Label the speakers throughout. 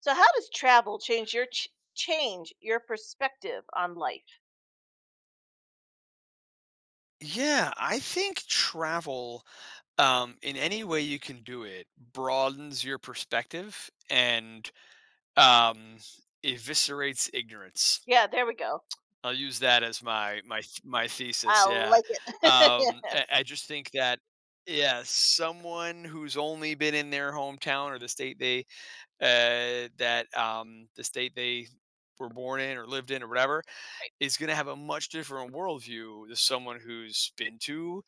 Speaker 1: So how does travel change your change your perspective on life?
Speaker 2: Yeah, I think travel, in any way you can do it, broadens your perspective and um, eviscerates ignorance.
Speaker 1: Yeah, there we go.
Speaker 2: I'll use that as my
Speaker 1: I
Speaker 2: thesis. Yeah,
Speaker 1: like it. Yeah,
Speaker 2: I just think that yeah, someone who's only been in their hometown or the state they were born in or lived in or whatever
Speaker 1: right,
Speaker 2: is going to have a much different worldview than someone who's been to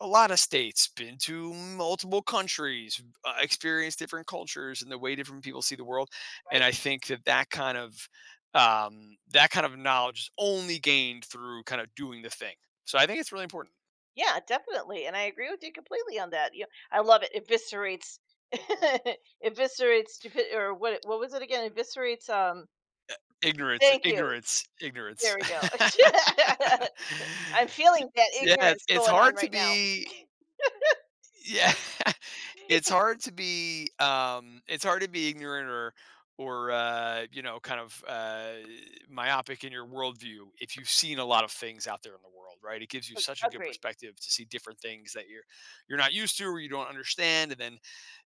Speaker 2: a lot of states, been to multiple countries, experienced different cultures and the way different people see the world. And
Speaker 1: right.
Speaker 2: I think that that kind of knowledge is only gained through kind of doing the thing. So I think it's really important.
Speaker 1: Yeah, definitely. And I agree with you completely on that. You I love it. Eviscerates eviscerates stupid or what was it again? Eviscerates
Speaker 2: Ignorance,
Speaker 1: Thank you.
Speaker 2: ignorance,
Speaker 1: There
Speaker 2: ignorance.
Speaker 1: we go. I'm feeling that
Speaker 2: Yeah, it's,
Speaker 1: ignorance
Speaker 2: it's
Speaker 1: going on
Speaker 2: hard to
Speaker 1: right now.
Speaker 2: be. Yeah. It's hard to be, um, it's hard to be ignorant or, kind of, myopic in your worldview if you've seen a lot of things out there in the world, right? It gives you such a good
Speaker 1: Agreed.
Speaker 2: perspective to see different things that you're not used to or you don't understand, and then,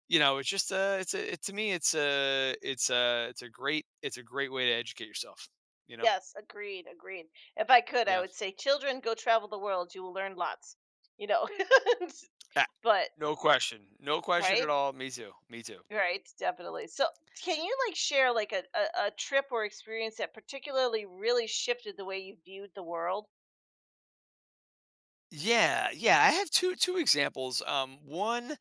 Speaker 2: it's just, it's a it to me, it's a great way to educate yourself, you know?
Speaker 1: Yes, agreed, agreed. If I could, I
Speaker 2: Yeah.
Speaker 1: would say, children, go travel the world. You will learn lots. You know,
Speaker 2: Ah,
Speaker 1: But
Speaker 2: no question. No question
Speaker 1: Right?
Speaker 2: at all. Me too. Me too.
Speaker 1: Right, definitely. So, can you, like, share, like, a trip or experience that particularly really shifted the way you viewed the world?
Speaker 2: Yeah, yeah, I have two examples. One,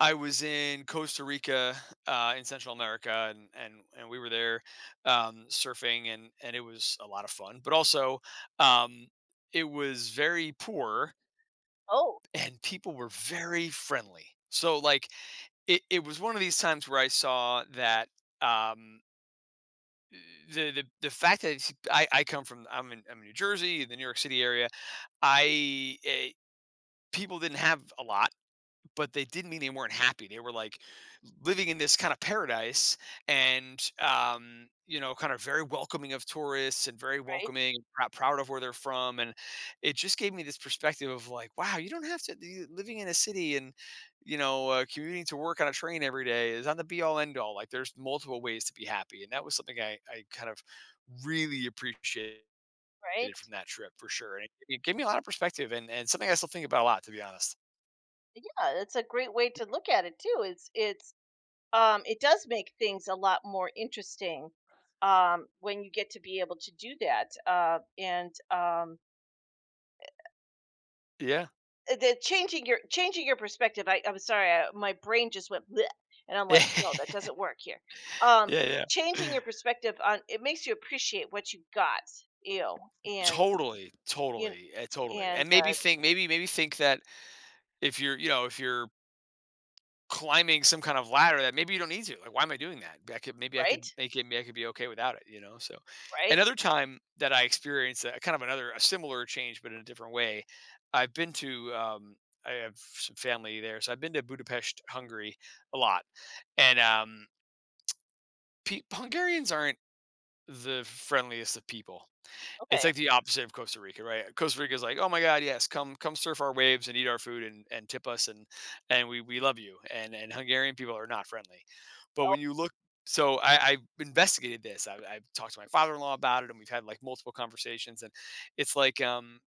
Speaker 2: I was in Costa Rica, in Central America, and we were there, surfing, and it was a lot of fun. But also, um, it was very poor,
Speaker 1: Oh,
Speaker 2: and people were very friendly. So like, it was one of these times where I saw that um, the fact that it's- I come from I'm in New Jersey, the New York City area. I eh, People didn't have a lot but they didn't mean they weren't happy. They were like living in this kind of paradise and, kind of very welcoming of tourists and very
Speaker 1: right,
Speaker 2: welcoming, proud of where they're from. And it just gave me this perspective of like, wow, you don't have to living in a city and, commuting to work on a train every day is on the be all end all. Like there's multiple ways to be happy. And that was something I kind of really appreciated
Speaker 1: right.
Speaker 2: from that trip for sure. And it gave me a lot of perspective and something I still think about a lot, to be honest.
Speaker 1: Yeah, that's a great way to look at it too. It's it does make things a lot more interesting, when you get to be able to do that, and,
Speaker 2: Yeah.
Speaker 1: The changing your perspective, I'm sorry, I my brain just went bleh, and I'm like, "No, that doesn't work here." Um,
Speaker 2: Yeah,
Speaker 1: changing
Speaker 2: yeah.
Speaker 1: your perspective on it makes you appreciate what you got, you know, and,
Speaker 2: Totally,
Speaker 1: you
Speaker 2: totally,
Speaker 1: kn
Speaker 2: totally,
Speaker 1: and,
Speaker 2: and maybe
Speaker 1: uh
Speaker 2: think maybe maybe think that if you're climbing some kind of ladder that maybe you don't need to, like, "Why am I doing that? I could maybe I could
Speaker 1: right,
Speaker 2: make it maybe I could be okay without it," so
Speaker 1: right,
Speaker 2: another time that I experienced a kind of another a similar change, but in a different way, I've been to, um I have some family there, so I've been to Budapest, Hungary a lot, and, pe Hungarians aren't the friendliest of people. It's
Speaker 1: okay,
Speaker 2: like the opposite of Costa Rica, right? Costa Rica's like, "Oh my god, yes, come surf our waves and eat our food and tip us and we love you." And Hungarian people are not friendly. But
Speaker 1: oh,
Speaker 2: when you look so I investigated this. I've talked to my father-in-law about it, and we've had like multiple conversations. And it's like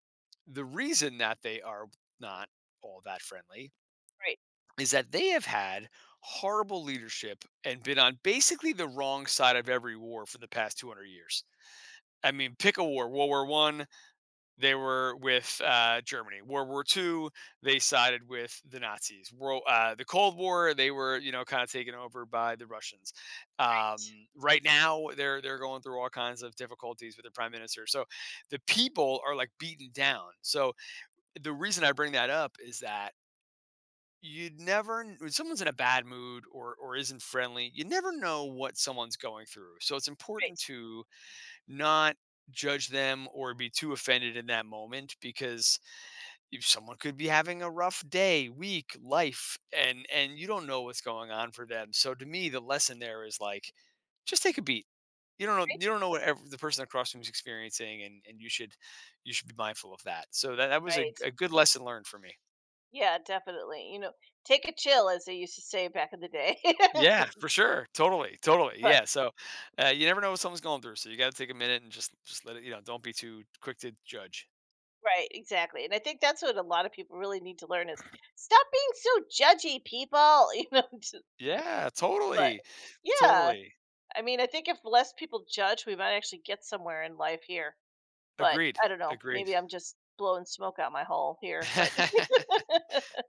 Speaker 2: the reason that they are not all that friendly
Speaker 1: right,
Speaker 2: is that they have had horrible leadership and been on basically the wrong side of every war for the past 200 years. I mean, pick a war, World War I, they were with Germany. World War II, they sided with the Nazis. The Cold War, they were kind of taken over by the Russians. Right now, they're going through all kinds of difficulties with their prime minister. So the people are like beaten down. So the reason I bring that up is that you'd never kn- when someone's in a bad mood or isn't friendly, you never know what someone's going through, so it's important
Speaker 1: right,
Speaker 2: to not judge them or be too offended in that moment because if someone could be having a rough day, week, life, and you don't know what's going on for them. So to me, the lesson there is like, just take a beat. You
Speaker 1: right,
Speaker 2: don't know the person across from you is experiencing, and you should be mindful of that. So that was a,
Speaker 1: right,
Speaker 2: a good lesson learned for me.
Speaker 1: yeah, definitely, you know, "Take a chill," as they used to say back in the day.
Speaker 2: Yeah, for sure, totally, totally.
Speaker 1: but
Speaker 2: Yeah. So you never know what someone's going through, so you got to take a minute and just let it. Don't be too quick to judge.
Speaker 1: right, exactly, and I think that's what a lot of people really need to learn is, "Stop being so judgy, people," you know, just
Speaker 2: Yeah,
Speaker 1: but
Speaker 2: totally,
Speaker 1: yeah.
Speaker 2: totally.
Speaker 1: I mean, I think if less people judge, we might actually get somewhere in life here. But
Speaker 2: Agreed,
Speaker 1: I don't know. Maybe
Speaker 2: agreed.
Speaker 1: I'm just blowing smoke out my hole here.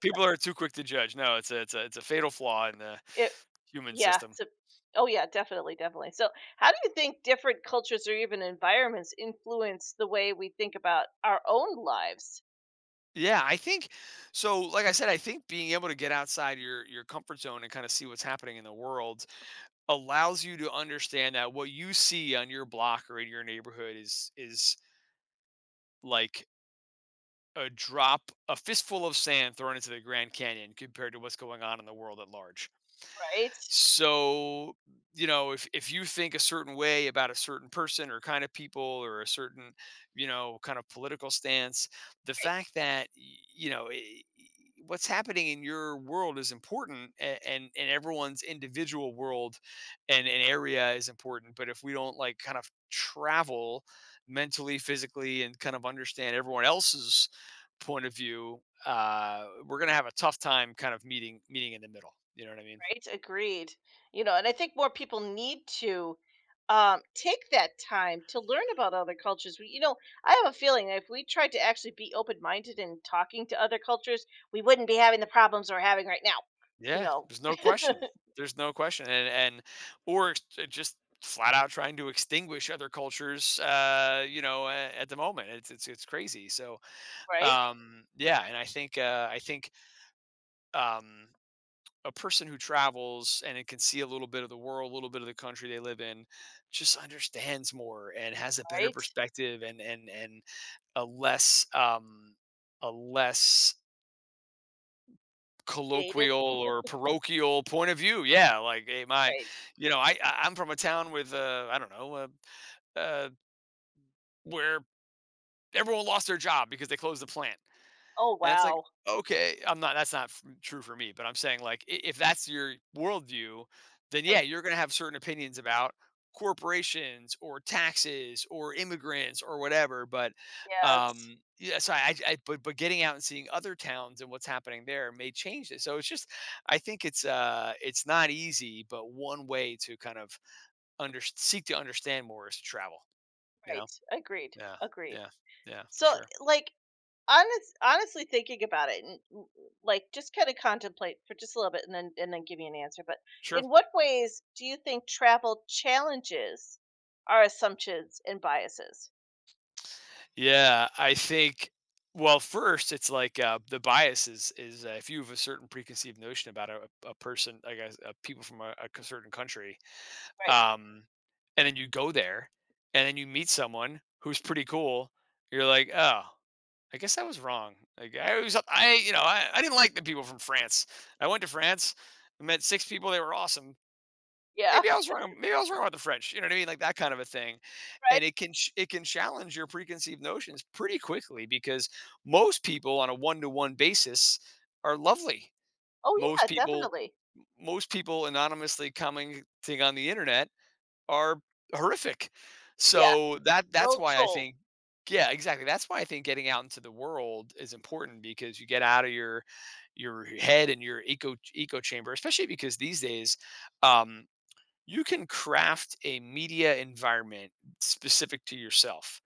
Speaker 2: People are too quick to judge. No, it's a fatal flaw in the
Speaker 1: it,
Speaker 2: human
Speaker 1: yeah.
Speaker 2: system.
Speaker 1: It's a, oh, yeah, definitely, definitely. So, how do you think different cultures or even environments influence the way we think about our own lives?
Speaker 2: Yeah, I think so. Like I said, I think being able to get outside your comfort zone and kind of see what's happening in the world allows you to understand that what you see on your block or in your neighborhood is like a drop, a fistful of sand thrown into the Grand Canyon compared to what's going on in the world at large.
Speaker 1: Right.
Speaker 2: So, if you think a certain way about a certain person or kind of people or a certain, kind of political stance, the fact that y- you know I- what's happening in your world is important, and everyone's individual world and an area is important. But if we don't like kind of travel mentally, physically, and kind of understand everyone else's point of view, we're gonna have a tough time kind of meeting in the middle. You know what I mean?
Speaker 1: Right, agreed. You know, and I think more people need to take that time to learn about other cultures. You know, I have a feeling that if we tried to actually be open minded and talking to other cultures, we wouldn't be having the problems we're having right now. You
Speaker 2: Yeah,
Speaker 1: know,
Speaker 2: there's no question. There's no question, and just flat out trying to extinguish other cultures. At the moment, it's crazy. So,
Speaker 1: right,
Speaker 2: yeah, and I think um, a person who travels and it can see a little bit of the world, a little bit of the country they live in, just understands more and has a better
Speaker 1: right,
Speaker 2: perspective and a less um a less
Speaker 1: jaded,
Speaker 2: colloquial or parochial point of view. Yeah, like hey, my,
Speaker 1: right.
Speaker 2: you know, I- I'm from a town with I don't know, uh, where everyone lost their job because they closed the plant.
Speaker 1: Oh
Speaker 2: And it's like,
Speaker 1: wow,
Speaker 2: okay, I'm not, that's not true for me, but I'm saying like, if that's your worldview, then
Speaker 1: right,
Speaker 2: yeah, you're going to have certain opinions about corporations or taxes or immigrants or whatever. But,
Speaker 1: yes,
Speaker 2: yeah, so I, but getting out and seeing other towns and what's happening there may change it. So I think it's not easy, but one way to kind of under seek to understand more is to travel, you know?
Speaker 1: right, agreed,
Speaker 2: Yeah.
Speaker 1: agreed.
Speaker 2: Yeah. Yeah. For
Speaker 1: So,
Speaker 2: sure.
Speaker 1: like, honestly thinking about it and like just kind of contemplate for just a little bit and then give me an answer but
Speaker 2: Sure.
Speaker 1: in what ways do you think travel challenges our assumptions and biases?
Speaker 2: Yeah, I think. Well, first, it's like the bias is if you have a certain preconceived notion about a person, like a people from a certain country,
Speaker 1: Right.
Speaker 2: um, and then you go there, and then you meet someone who's pretty cool, you're like, oh, I guess I was wrong. Like I was, I you know, I didn't like the people from France. I went to France, I met six people, they were awesome.
Speaker 1: Yeah.
Speaker 2: Maybe I was wrong about the French, you know what I mean? Like, that kind of a thing,
Speaker 1: Right.
Speaker 2: and it can challenge your preconceived notions pretty quickly because most people on a one-to-one basis are lovely.
Speaker 1: Oh
Speaker 2: Most
Speaker 1: yeah,
Speaker 2: people
Speaker 1: definitely.
Speaker 2: Most people anonymously commenting on the internet are horrific.
Speaker 1: Yeah,
Speaker 2: So, that's
Speaker 1: little
Speaker 2: why I
Speaker 1: trolls.
Speaker 2: think. Yeah, exactly, that's why I think getting out into the world is important because you get out of your head and your eco echo chamber, especially because these days, um, you can craft a media environment specific to yourself,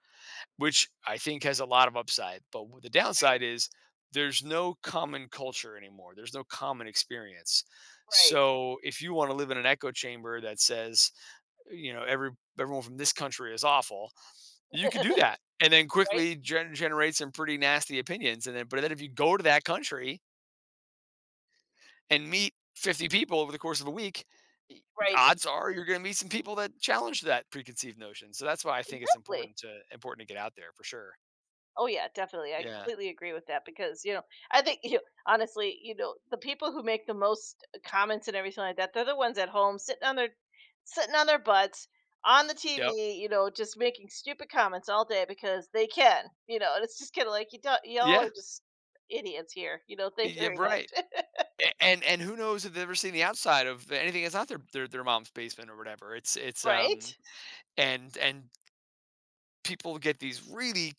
Speaker 2: which I think has a lot of upside. But what the
Speaker 1: Right,
Speaker 2: downside is there's no common culture anymore, there's no common experience.
Speaker 1: right,
Speaker 2: So if you want to live in an echo chamber that says, you know, every everyone from this country is awful, you could do that and then
Speaker 1: right,
Speaker 2: quickly generate some pretty nasty opinions and then if you go to that country and meet 50 people over the course of a week,
Speaker 1: right,
Speaker 2: odds are you're going to meet some people that challenge that preconceived notion. So that's why I think it's
Speaker 1: exactly.
Speaker 2: important to important to get out there for sure.
Speaker 1: Oh yeah, definitely. I
Speaker 2: Yeah.
Speaker 1: completely agree with that because you know I think you know, honestly you know the people who make the most comments and everything like that, they're the ones at home sitting on their butts on the
Speaker 2: Yep.
Speaker 1: TV, you know, just making stupid comments all day because they can, you know, and it's just kind of like, you don't, y'all
Speaker 2: Yeah.
Speaker 1: are just idiots here, you know, thank you
Speaker 2: Yeah.
Speaker 1: very much.
Speaker 2: Right. And who knows if they've ever seen the outside of anything that's not their mom's basement or whatever. It's it's um
Speaker 1: Right,
Speaker 2: and people get these really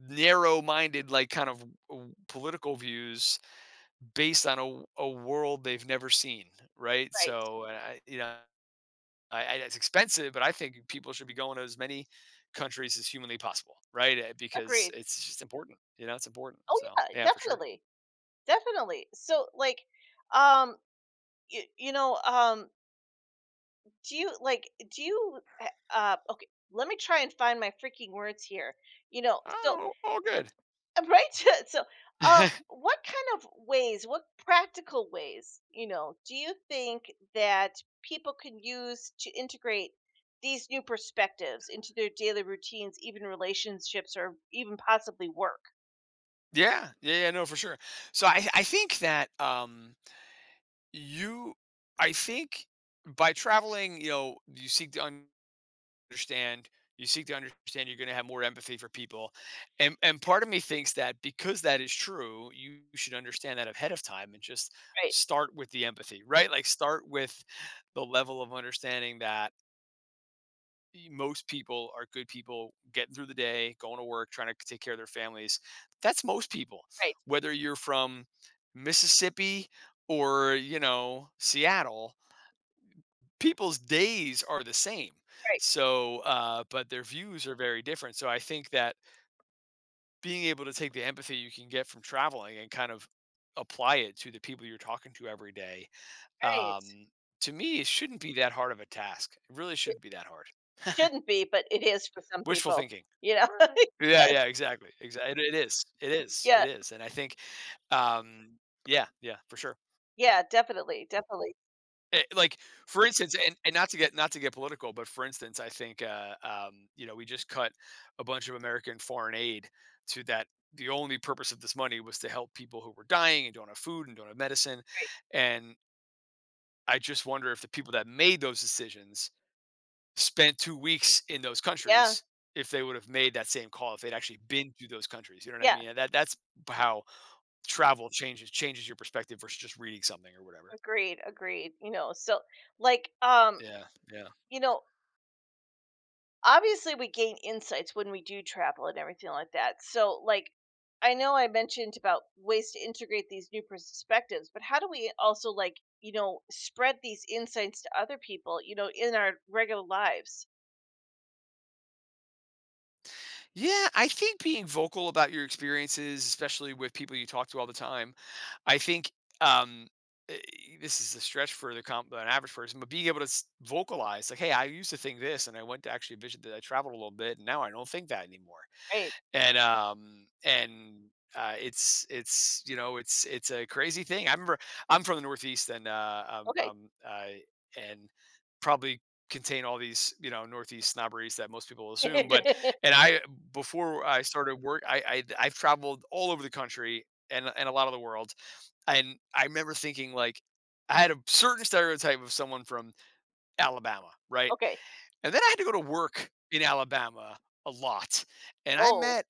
Speaker 2: narrow-minded like kind of political views based on a world they've never seen, right?
Speaker 1: right,
Speaker 2: So I, you know I- it's expensive, but I think people should be going to as many countries as humanly possible, right? Because
Speaker 1: agreed,
Speaker 2: it's just important. You know, it's important.
Speaker 1: oh
Speaker 2: So
Speaker 1: yeah
Speaker 2: yeah, for sure.
Speaker 1: definitely definitely. So like, um you know, Do you like do you okay, let me try and find my freaking words here. You know, so
Speaker 2: Oh, all good.
Speaker 1: right? So,
Speaker 2: yeah,
Speaker 1: what kind of ways, what practical ways, you know, do you think that people can use to integrate these new perspectives into their daily routines, even relationships or even possibly work?
Speaker 2: yeah, yeah, no, for sure. So I think that you, I think by traveling, you seek to understand, you seek to understand you're going to have more empathy for people. And part of me thinks that because that is true you should understand that ahead of time and just
Speaker 1: Right,
Speaker 2: start with the empathy, right? Like start with the level of understanding that most people are good people getting through the day, going to work, trying to take care of their families. That's most people,
Speaker 1: right,
Speaker 2: whether you're from Mississippi or, you know, Seattle. People's days are the same.
Speaker 1: right,
Speaker 2: So, but their views are very different. So I think that being able to take the empathy you can get from traveling and kind of apply it to the people you're talking to every day,
Speaker 1: right.
Speaker 2: um, to me, it shouldn't be that hard of a task. It really
Speaker 1: It-
Speaker 2: shouldn't be that hard.
Speaker 1: Shouldn't be, but it is for some
Speaker 2: Wishful
Speaker 1: people,
Speaker 2: thinking.
Speaker 1: you know.
Speaker 2: Yeah,
Speaker 1: Yes.
Speaker 2: yeah, exactly. Exactly. It is. It is.
Speaker 1: Yeah,
Speaker 2: It is. And I think, um, yeah, yeah, for sure.
Speaker 1: yeah, definitely, definitely.
Speaker 2: Like for instance, and not to get political, but for instance, I think you know we just cut a bunch of American foreign aid to that. The only purpose of this money was to help people who were dying and don't have food and don't have medicine.
Speaker 1: Right.
Speaker 2: And I just wonder if the people that made those decisions spent 2 weeks in those
Speaker 1: Yeah.
Speaker 2: countries, if they would have made that same call, if they'd actually been to those countries. You know what I
Speaker 1: Yeah,
Speaker 2: mean? And that's how travel changes your perspective versus just reading something or whatever.
Speaker 1: agreed, agreed. You know, so like,
Speaker 2: Yeah, yeah.
Speaker 1: you know, obviously we gain insights when we do travel and everything like that. So like I know I mentioned about ways to integrate these new perspectives, but how do we also, like, you know, spread these insights to other people, you know, in our regular lives?
Speaker 2: Yeah, I think being vocal about your experiences, especially with people you talk to all the time, I think um, eh, this is a stretch for an average person, but being able to vocalize, like, hey, I used to think this, and I went to actually a vision that I traveled a little bit, and now I don't think that anymore.
Speaker 1: Right.
Speaker 2: And It's you know it's a crazy thing. I remember I'm from the Northeast,
Speaker 1: Okay.
Speaker 2: and probably contain all these, you know, Northeast snobberies that most people assume. But and I before I started work, I I've traveled all over the country and a lot of the world, and I remember thinking, like, I had a certain stereotype of someone from Alabama, right?
Speaker 1: Okay.
Speaker 2: And then I had to go to work in Alabama a lot, and I
Speaker 1: Oh.
Speaker 2: met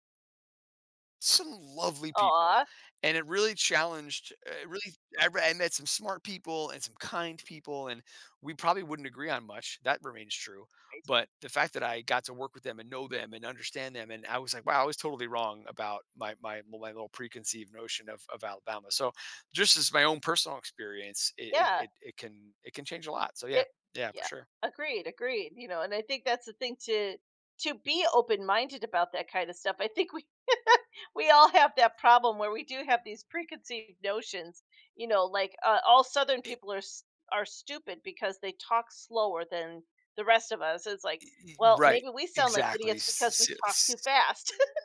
Speaker 2: some lovely people,
Speaker 1: Aw.
Speaker 2: and it really challenged it really I met some smart people and some kind people, and we probably wouldn't agree on much, that remains true,
Speaker 1: Right.
Speaker 2: but the fact that I got to work with them and know them and understand them, and I was like, "Wow, I was totally wrong about my little preconceived notion of Alabama." So, just as my own personal experience, it it
Speaker 1: Yeah.
Speaker 2: it it can it can change a lot, so yeah.
Speaker 1: It
Speaker 2: Yeah, for
Speaker 1: yeah.
Speaker 2: sure.
Speaker 1: Agreed, agreed, you know, and I think that's the thing to be open-minded about that kind of stuff. I think we we all have that problem where we do have these preconceived notions, you know, like, all southern
Speaker 2: I
Speaker 1: people are stupid because they talk slower than the rest of us. It's like,
Speaker 2: I
Speaker 1: well, maybe
Speaker 2: Right,
Speaker 1: we sound like
Speaker 2: exactly.
Speaker 1: idiots because we
Speaker 2: s
Speaker 1: talk
Speaker 2: s
Speaker 1: too fast.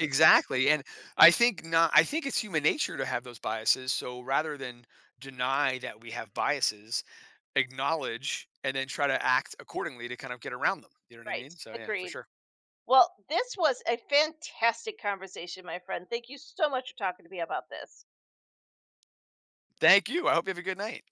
Speaker 2: Exactly, and I think not I think it's human nature to have those biases, so rather than deny that we have biases, acknowledge and then try to act accordingly to kind of get around them, you know what I
Speaker 1: Right,
Speaker 2: mean? So, yeah, for
Speaker 1: agreed.
Speaker 2: sure.
Speaker 1: Well, this was a fantastic conversation, my friend. Thank you so much for talking to me about this.
Speaker 2: Thank you, I hope you have a good night.